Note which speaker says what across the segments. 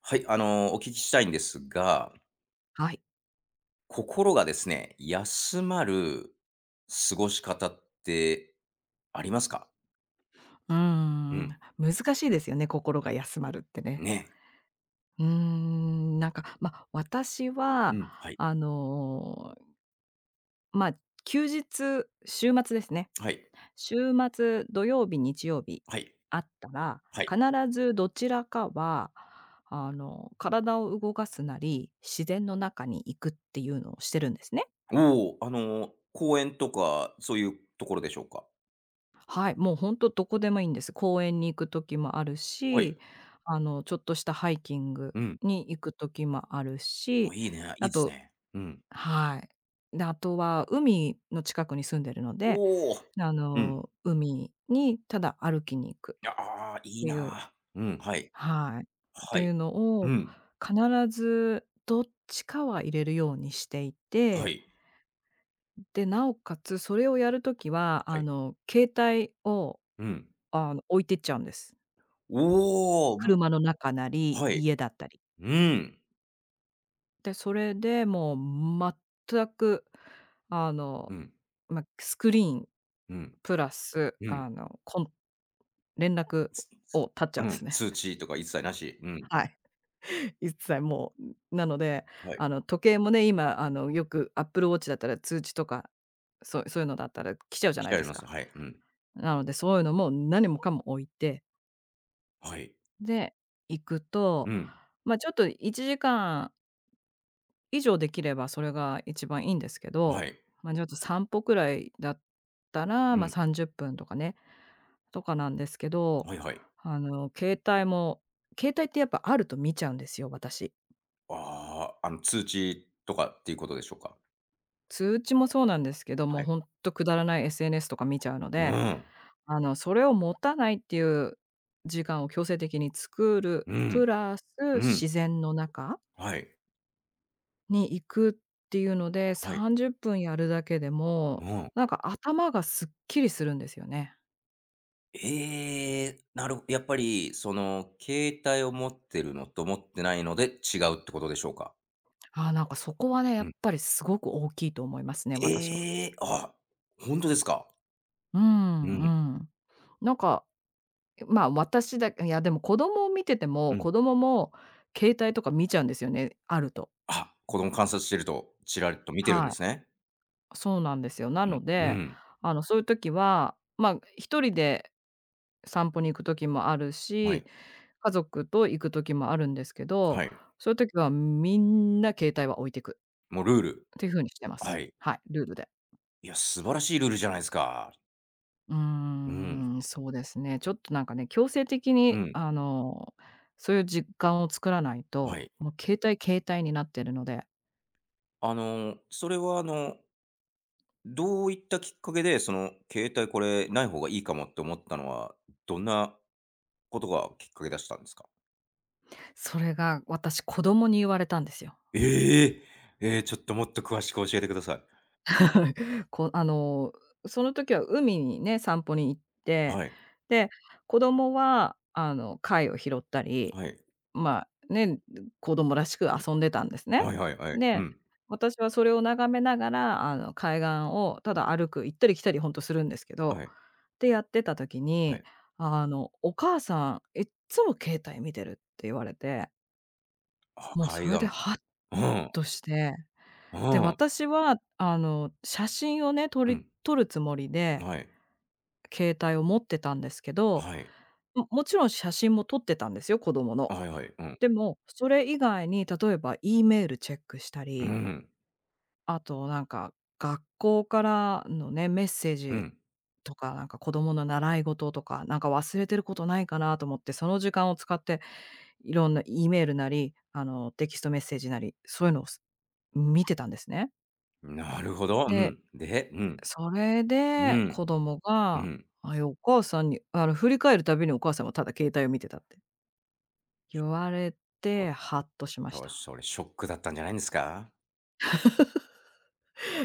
Speaker 1: はい、あの、お聞きしたいんですが、
Speaker 2: はい。
Speaker 1: 心がですね、休まる過ごし方ってありますか？
Speaker 2: うー
Speaker 1: う
Speaker 2: ん、
Speaker 1: ん、
Speaker 2: 難しいですよね、心が休まるってね。
Speaker 1: ね。
Speaker 2: なんか、ま、私
Speaker 1: う
Speaker 2: は、
Speaker 1: ん、はい、
Speaker 2: あの、ま、休日、週末ですね。
Speaker 1: はい、
Speaker 2: 週末、土曜日、日曜日
Speaker 1: はい、
Speaker 2: あったら、
Speaker 1: はい。
Speaker 2: 必ずどちらかは、体を動かすなり、自然の中に行くっていうのをしてるんですね。
Speaker 1: おお、あの、公園とかそういうところでしょうか？
Speaker 2: はい、もうほんとどこでもいいんです。公園に行く時もある
Speaker 1: はい。
Speaker 2: し、ちょっとしたハイキング
Speaker 1: うん。
Speaker 2: に行く時もある
Speaker 1: お
Speaker 2: し、
Speaker 1: いいね、いい
Speaker 2: あ
Speaker 1: です
Speaker 2: と
Speaker 1: ね。うん。
Speaker 2: はい。で、あとは海の近くに住んでるので、
Speaker 1: おお。うん。
Speaker 2: 海にただ歩きに行く
Speaker 1: ああ、
Speaker 2: っ
Speaker 1: いい
Speaker 2: ていう
Speaker 1: な。うん、はい、
Speaker 2: はい。っ
Speaker 1: は
Speaker 2: てい
Speaker 1: い。
Speaker 2: うの
Speaker 1: う
Speaker 2: を
Speaker 1: ん、
Speaker 2: 必ずどっちかは入れるようにしてい
Speaker 1: は
Speaker 2: て、
Speaker 1: い、
Speaker 2: で、なおかつそれをやる時は、
Speaker 1: はい。
Speaker 2: 携帯を、
Speaker 1: うん。
Speaker 2: 置いてっちゃうんです。
Speaker 1: おお、
Speaker 2: 車の中なり、
Speaker 1: はい。
Speaker 2: 家だったり。
Speaker 1: うん、
Speaker 2: で、それでもう全く、あの、
Speaker 1: うん、
Speaker 2: ま、スクリーン
Speaker 1: うん。
Speaker 2: プラス、
Speaker 1: うん。
Speaker 2: 連絡
Speaker 1: つつ
Speaker 2: を絶っちゃ
Speaker 1: う
Speaker 2: うんです
Speaker 1: ん、
Speaker 2: ね。
Speaker 1: 通知とか一切なし。うん。
Speaker 2: はい。一切もう、なので、
Speaker 1: はい。
Speaker 2: 時計もね、今、よく Apple Watch だったら通知とか、そういうのだったら来ちゃうじゃ
Speaker 1: 来
Speaker 2: な
Speaker 1: ち
Speaker 2: い
Speaker 1: ゃい
Speaker 2: です
Speaker 1: ます。
Speaker 2: か。
Speaker 1: はい。うん。
Speaker 2: なので、そういうのも何もかも置いて、
Speaker 1: はい。
Speaker 2: で、行く
Speaker 1: う
Speaker 2: と、
Speaker 1: ん。
Speaker 2: ま、ちょっと1時間以上できればそれが一番いいんですけ
Speaker 1: は
Speaker 2: ど、
Speaker 1: い。
Speaker 2: まあ、ちょっと散歩くらいだったら、
Speaker 1: う
Speaker 2: まあ、
Speaker 1: ん。
Speaker 2: 30分とかね、とかなんですけど、
Speaker 1: はいはい。
Speaker 2: あの、携帯も携帯ってやっぱあると見ちゃうんですよ、私。
Speaker 1: ああ、あの、通知とかっていうことでしょうか？
Speaker 2: 通知もそうなんですけど、
Speaker 1: はい。
Speaker 2: ほんとくだらない SNS とか見ちゃうの
Speaker 1: う
Speaker 2: で、
Speaker 1: ん。
Speaker 2: それを持たないっていう時間を強制的に作る、
Speaker 1: うん。
Speaker 2: プラス
Speaker 1: うん。
Speaker 2: 自然の中
Speaker 1: はい。
Speaker 2: に行くっていうので、
Speaker 1: はい。
Speaker 2: 30分やるだけで
Speaker 1: う
Speaker 2: も、
Speaker 1: ん。
Speaker 2: なんか頭がすっきりするんですよね。
Speaker 1: ええ、やっぱり、その、携帯を持ってるのと持ってないので違うってことでしょうか？
Speaker 2: ああ、なんかそこはね、や
Speaker 1: う
Speaker 2: っ
Speaker 1: ん。
Speaker 2: ぱりすごく大きいと思いますね、私は。
Speaker 1: ええ、あ、ほんとですか？
Speaker 2: う
Speaker 1: うん、
Speaker 2: んうん。なんか、まあ、私だけいやでも子供を見てて
Speaker 1: う
Speaker 2: も、
Speaker 1: ん。
Speaker 2: 子供も携帯とか見ちゃうんですよね、あると。
Speaker 1: あ、子供観察してると、ちらりと見てるん
Speaker 2: は
Speaker 1: で
Speaker 2: い、
Speaker 1: すね。
Speaker 2: そうなんですよ。な
Speaker 1: うん、
Speaker 2: の
Speaker 1: う
Speaker 2: で、
Speaker 1: ん。
Speaker 2: そういう時は、まあ、一人で散歩に行く時もある
Speaker 1: は
Speaker 2: し、
Speaker 1: い。
Speaker 2: 家族と行く時もあるんですけど、
Speaker 1: はい。
Speaker 2: そういう時はみんな携帯は置いてく
Speaker 1: もうルール。
Speaker 2: っていう風にしてま
Speaker 1: は
Speaker 2: す。
Speaker 1: い。
Speaker 2: はい、ルールで。
Speaker 1: いや、素晴らしいルールじゃないですか。うん。
Speaker 2: そうですね。ちょっとなんかね、強制的
Speaker 1: う
Speaker 2: に
Speaker 1: ん。
Speaker 2: そういう実感を作らない
Speaker 1: は
Speaker 2: と、
Speaker 1: い。
Speaker 2: もう携帯携帯になってるので、
Speaker 1: あの、それはあの、どういったきっかけで、その、携帯これない方がいいかもって思ったのは、どんなことがきっかけだしたんですか？
Speaker 2: それが私子供に言われたんですよ。
Speaker 1: ええ！ええ、ちょっともっと詳しく教えてください。
Speaker 2: こあの、その時は海にね、散歩に行って、
Speaker 1: はい。
Speaker 2: で、子供は貝を拾ったり
Speaker 1: はい。
Speaker 2: まあ、ね、子供らしく
Speaker 1: うん。
Speaker 2: 遊んでたんですね。
Speaker 1: はいはいはい。う
Speaker 2: で、
Speaker 1: ん。
Speaker 2: 私はそれを眺めながら、海岸をただ歩く、行ったり来たりほんとするんですけ
Speaker 1: は
Speaker 2: ど、
Speaker 1: い。
Speaker 2: ってやってた時
Speaker 1: は
Speaker 2: に、
Speaker 1: い。
Speaker 2: 「お母さんいっつも携帯見てる」って言われて、
Speaker 1: あ、
Speaker 2: もうそ
Speaker 1: 海
Speaker 2: れで
Speaker 1: 岸。
Speaker 2: ハッ
Speaker 1: うん。
Speaker 2: として、
Speaker 1: う
Speaker 2: で、
Speaker 1: ん。
Speaker 2: 私は、写真をね、撮
Speaker 1: う
Speaker 2: り
Speaker 1: ん。
Speaker 2: 撮るつもりで、
Speaker 1: はい。
Speaker 2: 携帯を持ってたんですけど、
Speaker 1: はい。
Speaker 2: もちろん写真も撮ってたんですよ、子供の。
Speaker 1: はいはい。うん。
Speaker 2: でも、それ以外に例えば E メールチェックした
Speaker 1: う
Speaker 2: り、
Speaker 1: ん。
Speaker 2: あとなんか学校からのね、メッセー
Speaker 1: う
Speaker 2: ジ
Speaker 1: ん。
Speaker 2: とか、なんか子供の習い事とか、なんか忘れてることないかなと思って、その時間を使っていろんな E メールなり、テキストメッセージなり、そういうのを見てたんですね。
Speaker 1: なるほど。う
Speaker 2: で、
Speaker 1: ん。で、うん。
Speaker 2: それ
Speaker 1: う
Speaker 2: で
Speaker 1: ん。
Speaker 2: 子供
Speaker 1: う
Speaker 2: が、
Speaker 1: ん。
Speaker 2: あ、いや、お母さんに振り返るたびにお母さんはただ携帯を見てたって言われ
Speaker 1: おっ
Speaker 2: て、ハッとしまし
Speaker 1: と、
Speaker 2: た。
Speaker 1: それショックだったんじゃないんですか？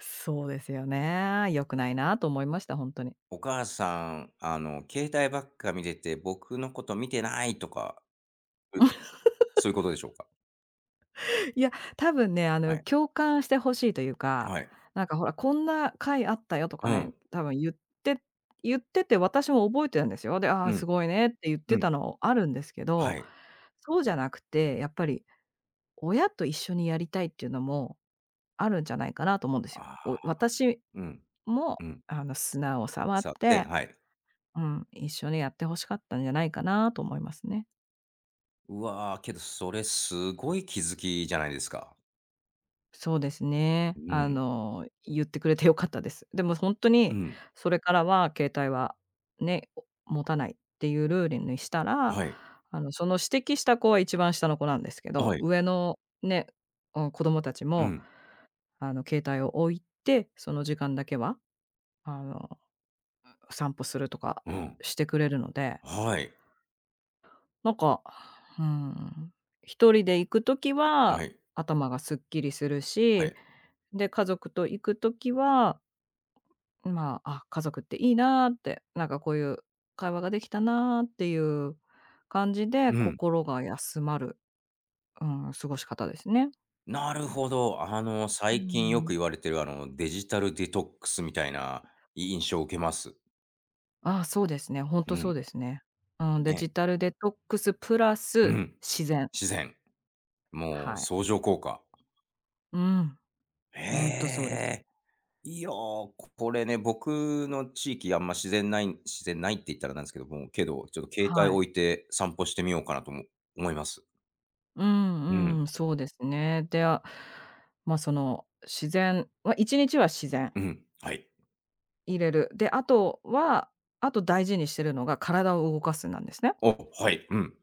Speaker 2: そうですよね。良くないなと思いました、本当に。
Speaker 1: お母さん、あの、携帯ばっか見てて、僕のこと見てないとか、うそういうことでしょうか？
Speaker 2: いや、多分ね、
Speaker 1: はい。
Speaker 2: 共感してほしいというか、
Speaker 1: はい。
Speaker 2: なんかほら、こんな回あったよとか
Speaker 1: う
Speaker 2: ね、
Speaker 1: ん。
Speaker 2: 多分て言ってて私も覚えてるんですよ。で、あ
Speaker 1: う
Speaker 2: あ、
Speaker 1: ん。
Speaker 2: すごいねって言っ
Speaker 1: う
Speaker 2: て
Speaker 1: ん。
Speaker 2: たのあるんですけ
Speaker 1: は
Speaker 2: ど、
Speaker 1: い。
Speaker 2: そうじゃなくて、やっぱり親と一緒にやりたいっていうのもあるんじゃないかなと思うんですよ。
Speaker 1: ああ、
Speaker 2: 私
Speaker 1: うん。
Speaker 2: も、
Speaker 1: うん。
Speaker 2: 砂を触っ
Speaker 1: さあ、で
Speaker 2: て、
Speaker 1: はい。
Speaker 2: うん、一緒にやって欲しかったんじゃないかなと思いますね。
Speaker 1: うわー、けどそれすごい気づきじゃないですか。
Speaker 2: そうですね。
Speaker 1: うん。
Speaker 2: 言ってくれて良かったです。でもほんと
Speaker 1: う
Speaker 2: に、
Speaker 1: ん。
Speaker 2: それからは携帯はね、持たないっていうルールにしたら、
Speaker 1: はい。
Speaker 2: その指摘した子は一番下の子なんですけ
Speaker 1: は
Speaker 2: ど、
Speaker 1: い。
Speaker 2: 上のね、うん、子供たち
Speaker 1: う
Speaker 2: も、
Speaker 1: ん。
Speaker 2: 携帯を置いて、その時間だけは、あの、散歩するとか
Speaker 1: うん。
Speaker 2: してくれるので、
Speaker 1: はい。
Speaker 2: なんか、うーん、一人で行く時
Speaker 1: は
Speaker 2: は
Speaker 1: い。
Speaker 2: 頭がすっきりする
Speaker 1: は
Speaker 2: し、
Speaker 1: い。
Speaker 2: で、家族と行く時はまあ、あ、家族っていいなーって、なんかこういう会話ができたなーっていう感じで、
Speaker 1: うん。
Speaker 2: 心が休まる、うん、過ごし方ですね。
Speaker 1: なるほど。あの、
Speaker 2: う
Speaker 1: 最近よく
Speaker 2: ん。
Speaker 1: 言われてる、あの、デジタルデトックスみたいない印象を受けます。
Speaker 2: ああ、そうですね、ほん
Speaker 1: う
Speaker 2: とそう
Speaker 1: ん。
Speaker 2: ですね。うん、デ
Speaker 1: ね。
Speaker 2: ジタルデトックスプラ
Speaker 1: う
Speaker 2: ス
Speaker 1: ん。
Speaker 2: 自然、
Speaker 1: 自然。もう
Speaker 2: はい。
Speaker 1: 相乗効果。
Speaker 2: うん、ほんとそう
Speaker 1: へ
Speaker 2: です。
Speaker 1: え。いやー、これね、僕の地域あんま自然ない自然ないって言ったらなんですけども、けど、ちょっと携帯
Speaker 2: はい。
Speaker 1: 置いて散歩してみようかなとも思います。
Speaker 2: う
Speaker 1: う
Speaker 2: ん
Speaker 1: ん。
Speaker 2: うん、そうですね。で、あ、まあ、その、自然は1日は自然
Speaker 1: うん。はい。
Speaker 2: 入れる。で、あとはあと大事にしてるのが体を動かすなんですね。
Speaker 1: お、はい。うん。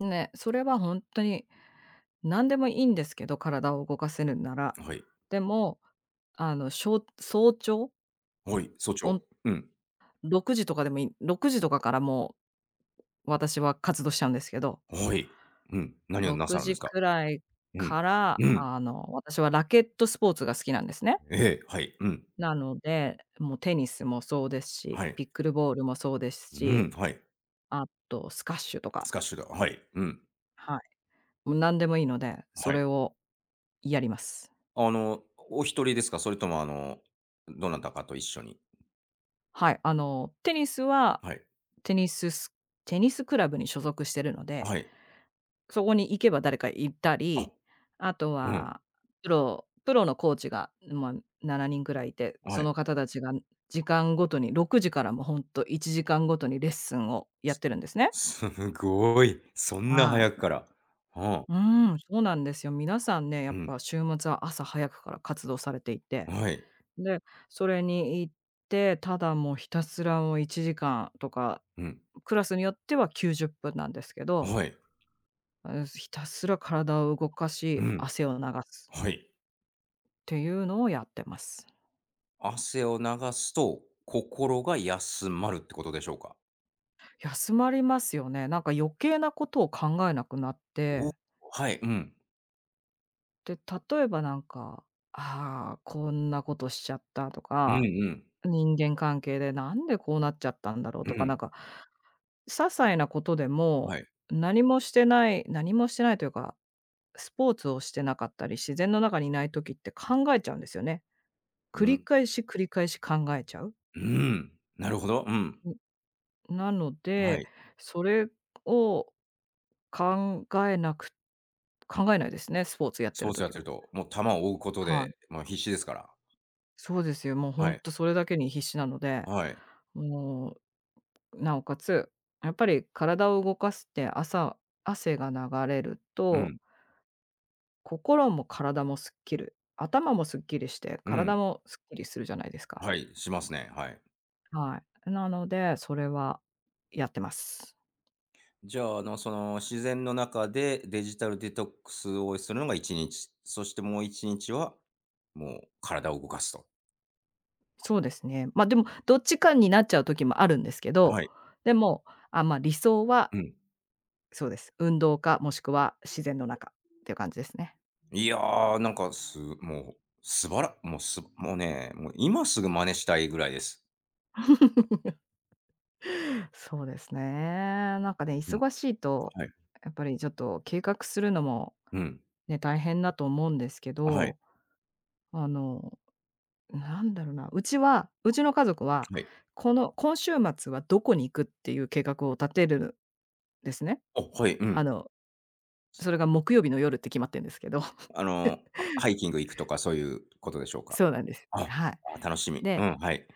Speaker 2: ね、それは本当に何でもいいんですけど、体を動かせるなら。
Speaker 1: はい。
Speaker 2: でも、しょう早朝、
Speaker 1: はい。
Speaker 2: ほん
Speaker 1: うん。
Speaker 2: 6時とかでもいい時とかからもう私は活動しちゃうんですけど、
Speaker 1: はい。うん。何をな
Speaker 2: 6
Speaker 1: さるんで
Speaker 2: 時
Speaker 1: すか？
Speaker 2: くらい
Speaker 1: うん。
Speaker 2: から、
Speaker 1: うん。
Speaker 2: 私はラケットスポーツが好きなんですね。
Speaker 1: ええ、はい。うん。
Speaker 2: なので、もうテニスもそうですし、
Speaker 1: はい。
Speaker 2: ピックルボールもそうです
Speaker 1: うん、
Speaker 2: し、
Speaker 1: はい。
Speaker 2: あとスカッシュとか、
Speaker 1: スカッシュだ。はい。うん。
Speaker 2: はい。もう何でもいいので、そ
Speaker 1: はい。
Speaker 2: れをやります。
Speaker 1: あの、お一人ですか？それとも、あの、どなたかと一緒に。
Speaker 2: はい、テニスは、
Speaker 1: はい。
Speaker 2: テニスステニスクラブに所属してるので、
Speaker 1: はい。
Speaker 2: そこに行けば誰かいた
Speaker 1: あ、
Speaker 2: り、あと
Speaker 1: うん。
Speaker 2: はプロのコーチが、まあ、7人ぐらいいて、
Speaker 1: は
Speaker 2: そ
Speaker 1: い。
Speaker 2: の方たちが時間ごとに6時からもうほんと1時間ごとにレッスンをやってるんですね。
Speaker 1: すごい。そんな
Speaker 2: は
Speaker 1: 早く
Speaker 2: い。
Speaker 1: から。はあ。
Speaker 2: うーそうなんですよ。皆さんね、や
Speaker 1: う
Speaker 2: っ
Speaker 1: ん。
Speaker 2: ぱ週末は朝早くから活動されていて、
Speaker 1: はい。
Speaker 2: で、それに行って、ただもうひたすらもう1時間とか
Speaker 1: うん。
Speaker 2: クラスによっては90分なんですけど、
Speaker 1: はい。
Speaker 2: うん、ひたすら体を動か
Speaker 1: う
Speaker 2: し、
Speaker 1: ん。
Speaker 2: 汗を流すっ
Speaker 1: はい。
Speaker 2: ていうのをやってます。
Speaker 1: 汗を流すと、心が休まるってことでしょうか？
Speaker 2: 休まりますよね。なんか余計なことを考えなくなっ
Speaker 1: おお、
Speaker 2: て、
Speaker 1: はい。うん。
Speaker 2: で、例えばなんか、ああ、こんなことしちゃったと
Speaker 1: うん
Speaker 2: か、
Speaker 1: うん。
Speaker 2: 人間関係でなんでこうなっちゃったんだろう
Speaker 1: う
Speaker 2: とか、な
Speaker 1: ん。
Speaker 2: んか、些細なことでも、
Speaker 1: はい。
Speaker 2: 何もしてない何もしてないというか、スポーツをしてなかったり、自然の中にいない時って考えちゃうんですよね。
Speaker 1: う
Speaker 2: 繰り
Speaker 1: ん。
Speaker 2: 返し繰り返し考えちゃう。
Speaker 1: うん。なるほど。うん。
Speaker 2: なの
Speaker 1: は
Speaker 2: で、
Speaker 1: い。
Speaker 2: それを考えなく考えないですね、スポーツやっ
Speaker 1: ス
Speaker 2: て
Speaker 1: ポ
Speaker 2: る
Speaker 1: ーツやっ
Speaker 2: 時
Speaker 1: てる
Speaker 2: は。
Speaker 1: と、もう球を追うこと
Speaker 2: はい。
Speaker 1: で、もう必死ですから。
Speaker 2: そうですよ、もうほ
Speaker 1: はい。
Speaker 2: んとそれだけに必死なので、
Speaker 1: はい。
Speaker 2: もう、なおかつ、やっぱり体を動かすって朝汗が流れる
Speaker 1: う
Speaker 2: と、
Speaker 1: ん。
Speaker 2: 心も体もすっきり頭もすっきりして、
Speaker 1: う
Speaker 2: 体
Speaker 1: ん。
Speaker 2: もすっきりするじゃないですか。
Speaker 1: はい、しますね。はい。
Speaker 2: はい。なので、それはやってます。
Speaker 1: じゃあ、あの、その、自然の中でデジタルデトックスをするのが1日、そしてもう1日は、もう体を動かすと。
Speaker 2: そうですね。ま、でも、どっちかになっちゃう時もあるんですけど、
Speaker 1: はい。
Speaker 2: でも、あ、ま、理想は、
Speaker 1: うん。
Speaker 2: そうです。運動か、もしくは自然の中っていう感じですね。
Speaker 1: いやー、なんか、すもう、すばらもう、すもうね、もう今すぐ真似したいぐらいです。
Speaker 2: そうですね。なんかね、
Speaker 1: うん、
Speaker 2: 忙しいと、
Speaker 1: はい。
Speaker 2: やっぱりちょっと計画するのも
Speaker 1: うん。
Speaker 2: ね、大変だと思うんですけ
Speaker 1: はい。
Speaker 2: ど、あの、なんだろうな、うちはうちの家族は、
Speaker 1: はい。
Speaker 2: この今週末はどこに行くっていう計画を立てるんですね。
Speaker 1: おはい、う
Speaker 2: あ
Speaker 1: ん。
Speaker 2: の、それが木曜日の夜って決まってるんですけど。
Speaker 1: あ の、あハイキング行くとかそういうことでしょうか？
Speaker 2: そうなんです。
Speaker 1: あ、
Speaker 2: はい。
Speaker 1: あ、楽しみ。う
Speaker 2: で、
Speaker 1: ん、はい。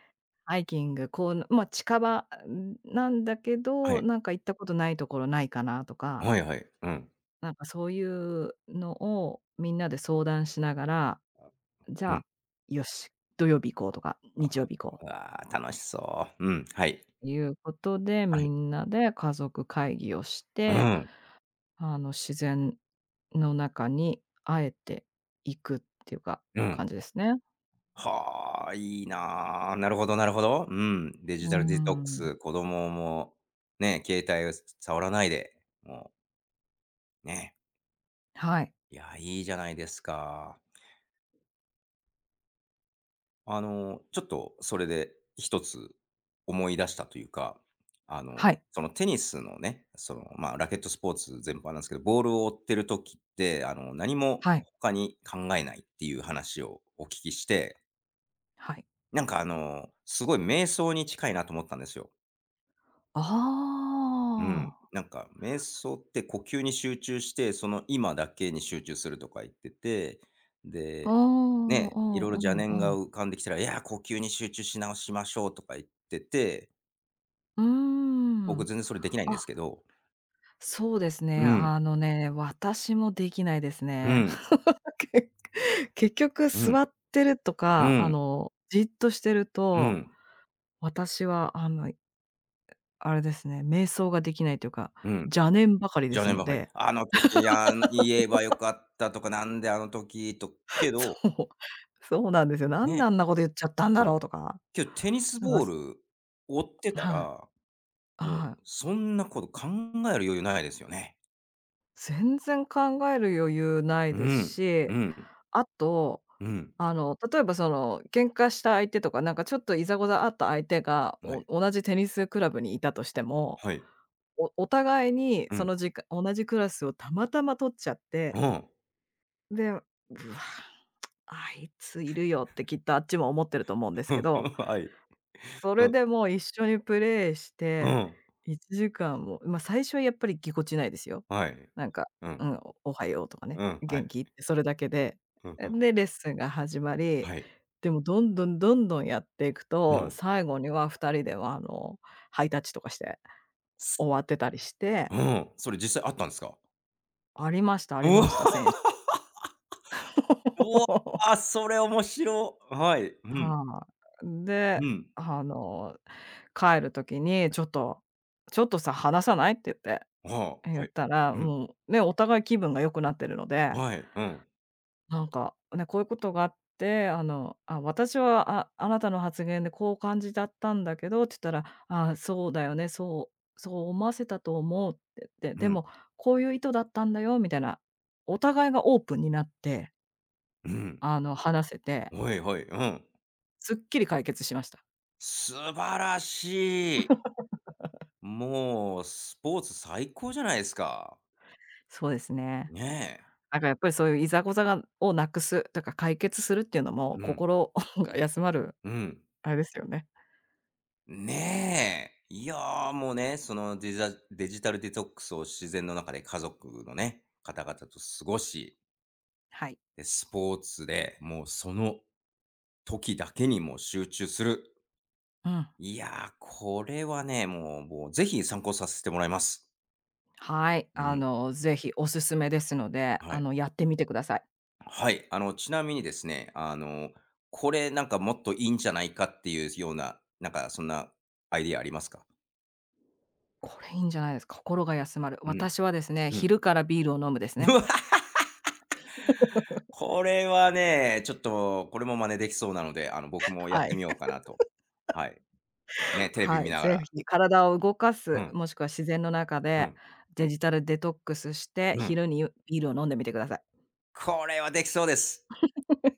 Speaker 2: ハイキング、こう、まあ、近場んなんだけ
Speaker 1: は
Speaker 2: ど、
Speaker 1: い。
Speaker 2: なんか行ったことないところないかなとか、
Speaker 1: はいはい。うん。
Speaker 2: なんかそういうのをみんなで相談しながら、じ
Speaker 1: う
Speaker 2: ゃ
Speaker 1: ん。
Speaker 2: あ、よし、土曜日行こうとか、日曜日行こ
Speaker 1: う
Speaker 2: う、
Speaker 1: わあ、楽しそう。うん、はい。
Speaker 2: いうことで、
Speaker 1: は
Speaker 2: み
Speaker 1: い。
Speaker 2: んなで家族会議をし
Speaker 1: う
Speaker 2: て、
Speaker 1: ん、
Speaker 2: 自然の中にあえて行くっていうか、
Speaker 1: う
Speaker 2: 感
Speaker 1: ん。
Speaker 2: じですね。
Speaker 1: はあ、いいな。なるほどなるほど。うん。デ
Speaker 2: う
Speaker 1: ジ
Speaker 2: ー
Speaker 1: タルデトックス、
Speaker 2: ん。
Speaker 1: 子供もね、携帯を触らないで、もうね。
Speaker 2: はい。
Speaker 1: いや、いいじゃないですか。あの、ちょっとそれで一つ思い出したというか、あ
Speaker 2: は
Speaker 1: の、
Speaker 2: い。
Speaker 1: そのテニスのね、その、まあ、ラケットスポーツ全般なんですけど、ボールを追ってる時って、あの、何も
Speaker 2: はい。
Speaker 1: 他に考えないっていう話をお聞きして、
Speaker 2: はい。
Speaker 1: なんかあの、すごい瞑想に近いなと思ったんですよ。
Speaker 2: あ
Speaker 1: うん。なんか、瞑想って呼吸に集中して、その今だけに集中するとか言ってて、
Speaker 2: あ、う
Speaker 1: で、
Speaker 2: ん
Speaker 1: ね、
Speaker 2: う
Speaker 1: い
Speaker 2: ん
Speaker 1: ろいろ
Speaker 2: う
Speaker 1: 邪念
Speaker 2: んう
Speaker 1: が
Speaker 2: ん。
Speaker 1: 浮かんできたら、いや、呼吸に集中し直しましょうとか言ってて、
Speaker 2: うー
Speaker 1: 僕
Speaker 2: ん。
Speaker 1: 全然それできないんで
Speaker 2: あ、
Speaker 1: すけど。
Speaker 2: そうですね。
Speaker 1: うん、
Speaker 2: あのね、私もできないです
Speaker 1: う
Speaker 2: ね。
Speaker 1: ん、
Speaker 2: け結局
Speaker 1: うん、
Speaker 2: 座ってると
Speaker 1: う
Speaker 2: か、
Speaker 1: ん、
Speaker 2: じっとしてる
Speaker 1: う
Speaker 2: と、
Speaker 1: ん、
Speaker 2: 私はあれですね、瞑想ができないというか、
Speaker 1: うん。
Speaker 2: 邪念ばかりで
Speaker 1: 邪
Speaker 2: す
Speaker 1: 念
Speaker 2: の
Speaker 1: ばかり。
Speaker 2: で、
Speaker 1: あの時、あの言えばよかったとか、なんであの時と、け ど、
Speaker 2: そう、そうなんですよ。なんで
Speaker 1: ね、
Speaker 2: あんなこと言っちゃったんだろ
Speaker 1: そ
Speaker 2: う
Speaker 1: う。
Speaker 2: とか、
Speaker 1: けどテニス
Speaker 2: なんか、
Speaker 1: ボール追ってた
Speaker 2: はい、
Speaker 1: らうん、
Speaker 2: はい。
Speaker 1: そんなこと考える余裕ないですよね。
Speaker 2: 全然考える余裕ない
Speaker 1: う
Speaker 2: です
Speaker 1: ん、
Speaker 2: し、
Speaker 1: うん、
Speaker 2: あと、
Speaker 1: うん、
Speaker 2: 例えばその、喧嘩した相手とか、なんかちょっといざこざあった相手が、
Speaker 1: は
Speaker 2: お
Speaker 1: い、
Speaker 2: 同じテニスクラブにいたとしても、
Speaker 1: はい、
Speaker 2: おお互いに
Speaker 1: う
Speaker 2: そ
Speaker 1: ん、
Speaker 2: のじか同じクラスをたまたま取っちゃって、
Speaker 1: うん、
Speaker 2: で「うわ、あいついるよ」ってきっとあっちも思ってると思うんですけど、
Speaker 1: はい、
Speaker 2: そ
Speaker 1: う
Speaker 2: れ
Speaker 1: ん、
Speaker 2: でもう一緒にプレイし
Speaker 1: う
Speaker 2: て、
Speaker 1: ん、
Speaker 2: 1時間も、ま、最初はやっぱりぎこちないですよ。
Speaker 1: はい、
Speaker 2: なんか、
Speaker 1: うん、
Speaker 2: うん、おはようとかね、
Speaker 1: うん、は
Speaker 2: 元
Speaker 1: い、
Speaker 2: 気ってそれだけで。
Speaker 1: うん、うん、
Speaker 2: で、レッスンが始まり、
Speaker 1: はい、
Speaker 2: でもどんどんどんどんやっていく
Speaker 1: う
Speaker 2: と、
Speaker 1: ん、
Speaker 2: 最後には2人ではあの、ハイタッチとかして
Speaker 1: す
Speaker 2: 終わってたりして、
Speaker 1: うん、それ実際あったんですか？
Speaker 2: ありましたあ
Speaker 1: う
Speaker 2: り
Speaker 1: わ
Speaker 2: ました、選手。
Speaker 1: うわあ、それ面白い。はい、うん、
Speaker 2: はい。で、
Speaker 1: うん、
Speaker 2: あの、帰る時にちょっと「ちょっとさ、話さない？」って言って。
Speaker 1: はあ、
Speaker 2: 言
Speaker 1: は
Speaker 2: っ
Speaker 1: い、
Speaker 2: たら、
Speaker 1: うん、
Speaker 2: もうね、お互い気分が良くなってるので、
Speaker 1: はい、うん、
Speaker 2: なんか、ね、こういうことがあって、あ、私は、ああなたの発言でこう感じだったんだけどって言ったら、ああ、そうだよね、そうそう思わせたと思うって言って、
Speaker 1: う
Speaker 2: で
Speaker 1: ん、
Speaker 2: もこういう意図だったんだよみたいな、お互いがオープンになって、
Speaker 1: うん、
Speaker 2: 話せて、
Speaker 1: はいはい、うん。
Speaker 2: すっきり解決しました。
Speaker 1: 素晴らしい。もう、スポーツ最高じゃないですか。
Speaker 2: そうですね。
Speaker 1: ねえ。
Speaker 2: なんかやっぱりそういういざこざがをなくすとか解決するっていうのも、
Speaker 1: うん、
Speaker 2: 心 が休まる
Speaker 1: うん。
Speaker 2: あれですよね。
Speaker 1: ねえ。いやー、もうね、そのデジタルデトックスを自然の中で家族のね、方々と過ごし、
Speaker 2: はい。
Speaker 1: で、スポーツで、もうその時だけにもう集中する。
Speaker 2: うん。
Speaker 1: いやー、これはね、もうもう、ぜひ参考させてもらいます。
Speaker 2: はい、
Speaker 1: うん、
Speaker 2: ぜひおすすめですので、
Speaker 1: はい。
Speaker 2: やってみてください。
Speaker 1: はい、あの、ちなみにですね、あの、これなんかもっといいんじゃないかっていうような、なんかそんなアイディアありますか？
Speaker 2: これいいんじゃないですか。心が休まる。
Speaker 1: うん、
Speaker 2: 私はですね、
Speaker 1: うん。
Speaker 2: 昼からビールを飲むで す
Speaker 1: う
Speaker 2: ね。
Speaker 1: わ、これはね、ちょっとこれも真似できそうなので、あの、僕もやっ
Speaker 2: は
Speaker 1: て
Speaker 2: い。
Speaker 1: みようかなと。はい。ね、テレビ
Speaker 2: は
Speaker 1: 見
Speaker 2: い、
Speaker 1: なが
Speaker 2: ぜ
Speaker 1: ら。
Speaker 2: ひ体を動か
Speaker 1: う
Speaker 2: す、
Speaker 1: ん、
Speaker 2: もしくは自然の中
Speaker 1: う
Speaker 2: で
Speaker 1: ん、
Speaker 2: デジタルデトックスして、
Speaker 1: うん。
Speaker 2: 昼にビールを飲んでみてください。
Speaker 1: これはできそうです。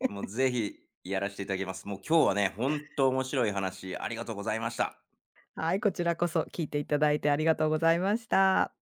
Speaker 1: もうぜひやらしていただきます。もう今日はね、本当面白い話ありがとうございました。
Speaker 2: はい、こちらこそ聞いていただいてありがとうございました。